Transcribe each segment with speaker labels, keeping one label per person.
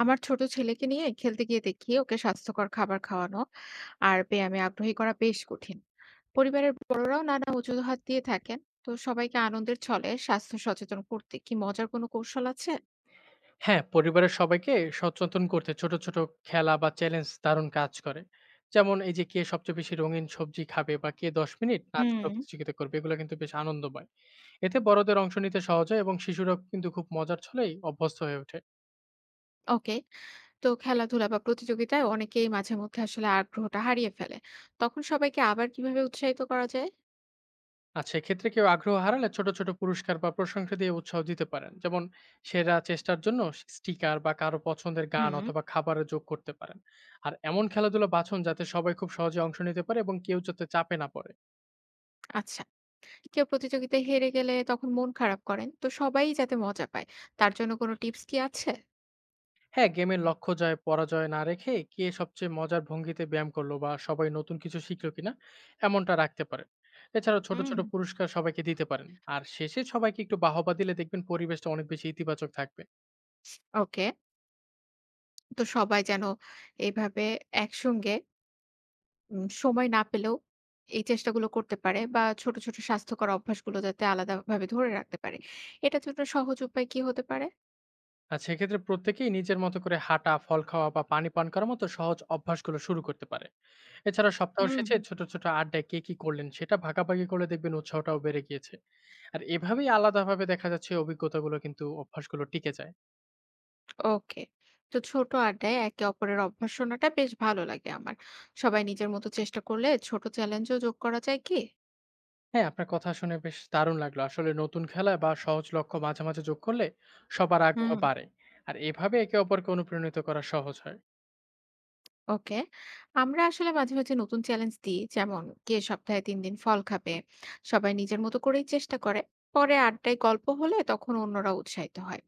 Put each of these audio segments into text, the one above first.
Speaker 1: আমার ছোট ছেলেকে নিয়ে খেলতে গিয়ে দেখি ওকে স্বাস্থ্যকর খাবার খাওয়ানো আর ব্যায়ামে আগ্রহী করা বেশ কঠিন। পরিবারের বড়রাও নানা অজুহাত দিয়ে থাকেন। তো সবাইকে আনন্দের ছলে স্বাস্থ্য সচেতন করতে কি মজার কোনো কৌশল আছে?
Speaker 2: হ্যাঁ, পরিবারের সবাইকে সচেতন করতে ছোট, ছোট খেলা বা চ্যালেঞ্জ দারুণ কাজ করে। যেমন এই যে কে সবচেয়ে বেশি রঙিন সবজি খাবে বা কে ১০ মিনিট নাচ
Speaker 1: হুম।
Speaker 2: প্রতিযোগিতা করবে, এগুলো কিন্তু বেশ আনন্দময়। এতে বড়দের অংশ নিতে সহজ হয় এবং শিশুরাও কিন্তু খুব মজার ছলেই অভ্যস্ত হয়ে ওঠে।
Speaker 1: ওকে। তো খেলাধুলা বা প্রতিযোগিতায় অনেকেই মাঝে মধ্যে আসলে আগ্রহটা হারিয়ে ফেলে। তখন সবাইকে আবার কিভাবে উৎসাহিত করা যায়?
Speaker 2: আর সেক্ষেত্রে কেউ আগ্রহ হারালে ছোট, ছোট পুরস্কার বা প্রশংসা দিয়ে উৎসাহ দিতে পারেন। যেমন সেরা চেষ্টার জন্য স্টিকার বা কারো পছন্দের গান
Speaker 1: হুম।
Speaker 2: অথবা খাবারও যোগ করতে পারেন। আর এমন খেলাধুলা বাছুন যাতে সবাই খুব সহজে অংশ নিতে পারে এবং কেউ যাতে চাপে না পড়ে।
Speaker 1: আচ্ছা। কেউ প্রতিযোগিতায় হেরে গেলে তখন মন খারাপ করেন, তো সবাই যাতে মজা পায় তার জন্য কোনো টিপস কি আছে?
Speaker 2: হ্যাঁ, গেমের লক্ষ্য জয়, পরাজয় না রেখে কে সবচেয়ে মজার ভঙ্গিতে ব্যায়াম করলো বা সবাই নতুন কিছু শিখলো কিনা এমনটা রাখতে পারেন। এছাড়াও ছোট,
Speaker 1: হুম।
Speaker 2: ছোট পুরস্কার সবাইকে দিতে পারেন। আর শেষে সবাইকে একটু বাহবা দিলে দেখবেন পরিবেশটা অনেক বেশি ইতিবাচক থাকবে।
Speaker 1: ওকে। তো সবাই যেন এইভাবে একসঙ্গে সময় না পেলেও এই চেষ্টাগুলো করতে পারে বা ছোট, ছোট স্বাস্থ্যকর অভ্যাসগুলো যাতে আলাদাভাবে ধরে রাখতে পারে। এটার জন্য সহজ উপায় কি হতে পারে?
Speaker 2: আর সেক্ষেত্রে প্রত্যেকেই নিজের মতো করে হাঁটা, ফল খাওয়া বা পানি পান করার মতো সহজ অভ্যাসগুলো শুরু করতে পারে। এছাড়া সপ্তাহ
Speaker 1: হুম।
Speaker 2: শেষে ছোট, ছোট আড্ডায় কে কি করলেন সেটা ভাগাভাগি করলে দেখবেন উৎসাহটাও বেড়ে গিয়েছে। আর এভাবেই আলাদাভাবে দেখা যাচ্ছে অভিজ্ঞতাগুলো কিন্তু অভ্যাসগুলো টিকে যায়।
Speaker 1: ওকে। তো ছোট আড্ডায় একে অপরের অভ্যাস শোনাটা বেশ ভালো লাগে আমার। সবাই নিজের মতো চেষ্টা করলে ছোট চ্যালেঞ্জও যোগ করা যায় কি?
Speaker 2: হ্যাঁ, আপনার কথা শুনে বেশ দারুণ লাগলো। আসলে নতুন খেলা বা সহজ লক্ষ্য মাঝে, মাঝে যোগ করলে সবার আগ্রহ
Speaker 1: হুম।
Speaker 2: বাড়ে। আর এভাবে একে অপরকে অনুপ্রাণিত করা সহজ হয়।
Speaker 1: ওকে। আমরা আসলে মাঝে, মাঝে নতুন চ্যালেঞ্জ দিই। যেমন কে সপ্তাহে ৩ দিন ফল খাবে। সবাই নিজের মতো করেই চেষ্টা করে। পরে আড্ডায় গল্প হলে তখন অন্যরা উৎসাহিত হয়।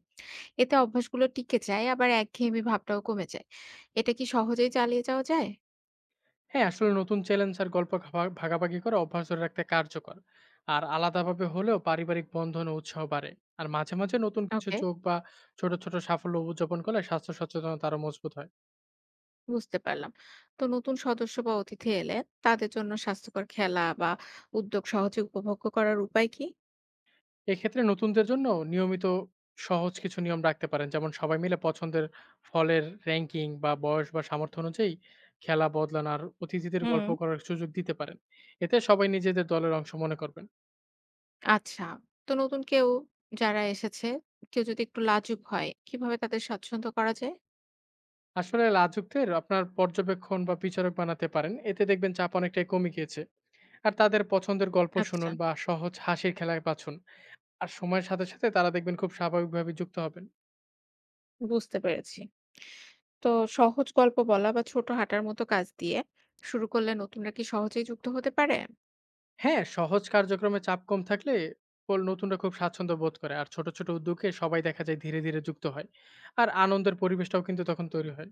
Speaker 1: এতে অভ্যাসগুলো টিকে যায় আবার একঘেয়েমি ভাবটাও কমে যায়। এটা কি সহজেই চালিয়ে যাওয়া যায়?
Speaker 2: হ্যাঁ, আসলে নতুন চ্যালেঞ্জ আর গল্প ঘা ভাগাভাগি করা অভ্যাস ধরে রাখতে কার্যকর। আর আলাদাভাবে হলেও পারিবারিক বন্ধন ও উৎসাহ বাড়ে। আর মাঝে, মাঝে নতুন কিছু
Speaker 1: ওকে,
Speaker 2: যোগ বা ছোট, ছোট সাফল্য উদযাপন করলে স্বাস্থ্য সচেতনতা আরো মজবুত হয়।
Speaker 1: বুঝতে পারলাম। তো নতুন সদস্য বা অতিথি এলে তাদের জন্য স্বাস্থ্যকর খেলা বা উদ্যোগ সহজে উপভোগ্য করার উপায় কি?
Speaker 2: এক্ষেত্রে নতুনদের জন্য নিয়মিত সহজ কিছু নিয়ম রাখতে পারেন যেমন সবাই মিলে পছন্দের ফলের র্যাঙ্কিং বা বয়স বা সামর্থ্য অনুযায়ী খেলা বদলান আর অতিথিদের
Speaker 1: হুম।
Speaker 2: গল্প করার সুযোগ দিতে পারেন এতে সবাই নিজেদের দলের অংশ মনে করবেন।
Speaker 1: আচ্ছা। তো নতুন কেউ যারা এসেছে, কেউ যদি একটু লাজুক হয়, কিভাবে তাদের স্বাচ্ছন্দ্য করা যায়?
Speaker 2: আসলে লাজুকদের আপনার পর্যবেক্ষণ বা বিচারক বানাতে পারেন, এতে দেখবেন চাপ অনেকটাই কমে গিয়েছে। আর তাদের পছন্দের গল্প
Speaker 1: আচ্ছা,
Speaker 2: শুনুন বা সহজ হাসির খেলায় বাছুন। আর সময়ের সাথে সাথে তারা দেখবেন খুব স্বাভাবিকভাবে যুক্ত হবেন।
Speaker 1: বুঝতে পেরেছি। তো সহজ গল্প বলা বা ছোট হাঁটার মতো কাজ দিয়ে শুরু করলে নতুনরা কি সহজেই যুক্ত হতে পারে?
Speaker 2: হ্যাঁ, সহজ কার্যক্রমে চাপ কম থাকলে পল নতুনরা খুব স্বাচ্ছন্দ্য বোধ করে। আর ছোট, ছোট উদ্যোগে সবাই দেখা যায় ধীরে, ধীরে যুক্ত হয়। আর আনন্দের পরিবেশটাও কিন্তু তখন তৈরি হয়।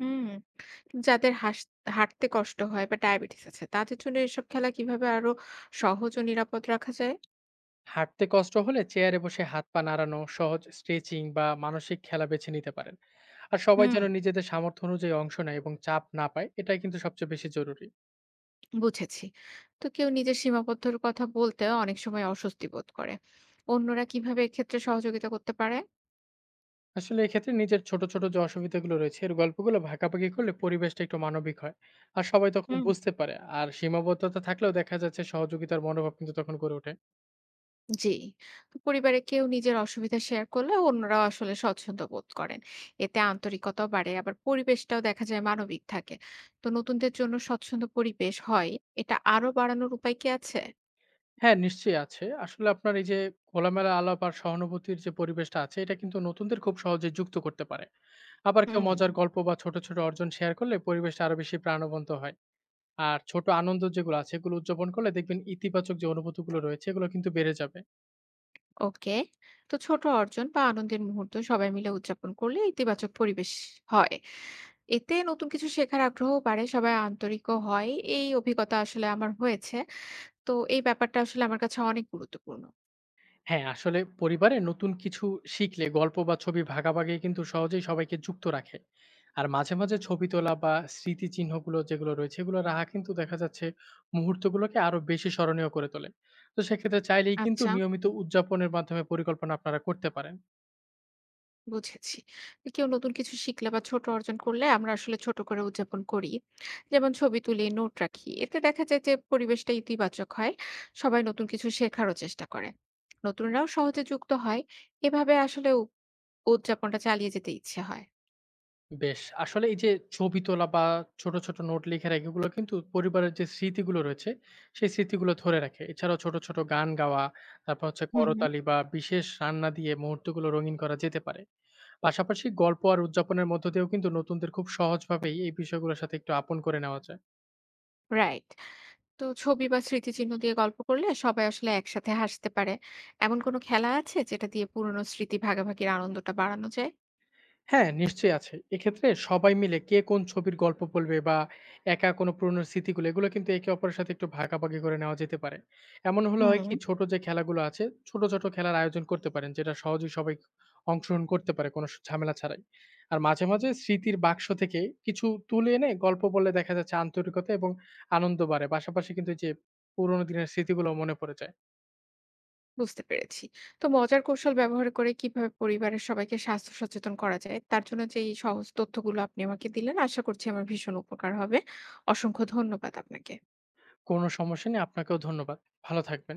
Speaker 1: হুম। যাদের হাস হাঁটতে কষ্ট হয় বা ডায়াবেটিস আছে, তাদের জন্য এসব খেলা কিভাবে আরো সহজ ও নিরাপদ রাখা যায়?
Speaker 2: হাঁটতে কষ্ট হলে চেয়ারে বসে হাত পা নাড়ানো, সহজ স্ট্রেচিং বা মানসিক খেলা বেছে নিতে পারেন। আর সবাই
Speaker 1: হুম,
Speaker 2: যেন নিজেদের সামর্থ্য অনুযায়ী অংশ নেয় এবং চাপ না পায়, এটাই কিন্তু সবচেয়ে বেশি জরুরি।
Speaker 1: বুঝেছি। তো কেউ নিজের সীমাবদ্ধতার কথা বলতে অনেক সময় অস্বস্তি বোধ করে। অন্যরা কিভাবে এক্ষেত্রে সহযোগিতা করতে পারে?
Speaker 2: আসলে এক্ষেত্রে নিজের ছোট, ছোট যে অসুবিধাগুলো রয়েছে, এর গল্পগুলো ভাগাভাগি করলে পরিবেশটা একটু মানবিক হয়। আর সবাই তখন
Speaker 1: হুম।
Speaker 2: বুঝতে পারে। আর সীমাবদ্ধতা থাকলেও দেখা যাচ্ছে সহযোগিতার মনোভাব কিন্তু তখন গড়ে ওঠে।
Speaker 1: জি। তো পরিবারে কেউ নিজের অসুবিধা শেয়ার করলে অন্যরাও আসলে স্বচ্ছন্দ বোধ করেন। এতে আন্তরিকতাও বাড়ে আবার পরিবেশটাও দেখা যায় মানবিক থাকে। তো নতুনদের জন্য স্বচ্ছন্দ পরিবেশ হয়, এটা আরো বাড়ানোর উপায় কি আছে?
Speaker 2: হ্যাঁ, নিশ্চয়ই আছে। আসলে আপনার এই যে খোলামেলা আলাপ আর সহানুভূতির যে পরিবেশটা আছে, এটা কিন্তু নতুনদের খুব সহজে যুক্ত করতে পারে। আবার কেউ
Speaker 1: হুম।
Speaker 2: মজার গল্প বা ছোট, ছোট অর্জন শেয়ার করলে পরিবেশটা আরো বেশি প্রাণবন্ত হয়। আর ছোট আনন্দ যেগুলো আছে, এগুলো উদযাপন করলে দেখবেন ইতিবাচক যে অনুভূতিগুলো রয়েছে, এগুলো কিন্তু বেড়ে যাবে।
Speaker 1: ওকে। তো ছোট অর্জন বা আনন্দের মুহূর্ত সবাই মিলে উদযাপন করলে ইতিবাচক পরিবেশ হয়। এতে নতুন কিছু শেখার আগ্রহ বাড়ে, সবাই আন্তরিকও হয়। এই অভিজ্ঞতা আসলে আমার হয়েছে। তো এই ব্যাপারটা আসলে আমার কাছে অনেক গুরুত্বপূর্ণ।
Speaker 2: হ্যাঁ, আসলে পরিবারে নতুন কিছু শিখলে গল্প বা ছবি ভাগাভাগি কিন্তু সহজেই সবাইকে যুক্ত রাখে। আর মাঝে, মাঝে ছবি তোলা বা স্মৃতিচিহ্নগুলো যেগুলো রয়েছে এগুলো রাখা কিন্তু দেখা যাচ্ছে মুহূর্তগুলোকে আরো বেশি স্মরণীয় করে তোলে। তো সেক্ষেত্রে চাইলেই কিন্তু
Speaker 1: আচ্ছা,
Speaker 2: নিয়মিত উদযাপনের মাধ্যমে পরিকল্পনা আপনারা করতে পারেন।
Speaker 1: বুঝেছি। কেউ নতুন কিছু শিখলে বা ছোট অর্জন করলে আমরা আসলে ছোট করে উদযাপন করি। যেমন ছবি তুলি, নোট রাখি। এতে দেখা যায় যে পরিবেশটা ইতিবাচক হয়। সবাই নতুন কিছু শেখারও চেষ্টা করে। নতুনরাও সহজে যুক্ত হয়। এভাবে আসলে উদযাপনটা চালিয়ে যেতে ইচ্ছে হয়।
Speaker 2: বেশ, আসলে এই যে ছবি তোলা বা ছোট, ছোট নোট লিখে রাখা এগুলো কিন্তু পরিবারের যে স্মৃতিগুলো রয়েছে সেই স্মৃতিগুলো ধরে রাখে। এছাড়াও ছোট, ছোট গান গাওয়া, তারপর হচ্ছে
Speaker 1: হুম, হুম।
Speaker 2: করতালি বা বিশেষ রান্না দিয়ে মুহূর্তগুলো রঙিন করা যেতে পারে। পাশাপাশি গল্প আর উদযাপনের মধ্য দিয়েও কিন্তু নতুনদের খুব সহজভাবেই এই বিষয়গুলোর সাথে একটু আপন করে নেওয়া যায়।
Speaker 1: রাইট। তো ছবি বা স্মৃতিচিহ্ন দিয়ে গল্প করলে সবাই আসলে একসাথে হাসতে পারে। এমন কোনো খেলা আছে যেটা দিয়ে পুরনো স্মৃতি ভাগাভাগির আনন্দটা বাড়ানো যায়?
Speaker 2: হ্যাঁ, নিশ্চয়ই আছে। এক্ষেত্রে সবাই মিলে কে কোন ছবির গল্প বলবে বা একা কোনো পুরনো স্মৃতিগুলো, এগুলো কিন্তু একে অপরের সাথে একটু ভাগাভাগি করে নেওয়া যেতে পারে। এমন হলে হয়
Speaker 1: হুম।
Speaker 2: কি ছোট যে খেলাগুলো আছে, ছোট, ছোট খেলার আয়োজন করতে পারেন যেটা সহজেই সবাই অংশগ্রহণ করতে পারে কোনো স ঝামেলা ছাড়াই। আর মাঝে, মাঝে স্মৃতির বাক্স থেকে কিছু তুলে এনে গল্প বললে দেখা যাচ্ছে আন্তরিকতা এবং আনন্দ বাড়ে। পাশাপাশি কিন্তু এই যে পুরনো দিনের স্মৃতিগুলো মনে পড়ে যায়।
Speaker 1: বুঝতে পেরেছি। তো মজার কৌশল ব্যবহার করে কিভাবে পরিবারের সবাইকে স্বাস্থ্য সচেতন করা যায়, তার জন্য যে এই সহজ তথ্যগুলো আপনি আমাকে দিলেন, আশা করছি আমার ভীষণ উপকার হবে। অসংখ্য ধন্যবাদ আপনাকে।
Speaker 2: কোনো সমস্যা নেই। আপনাকেও ধন্যবাদ। ভালো থাকবেন।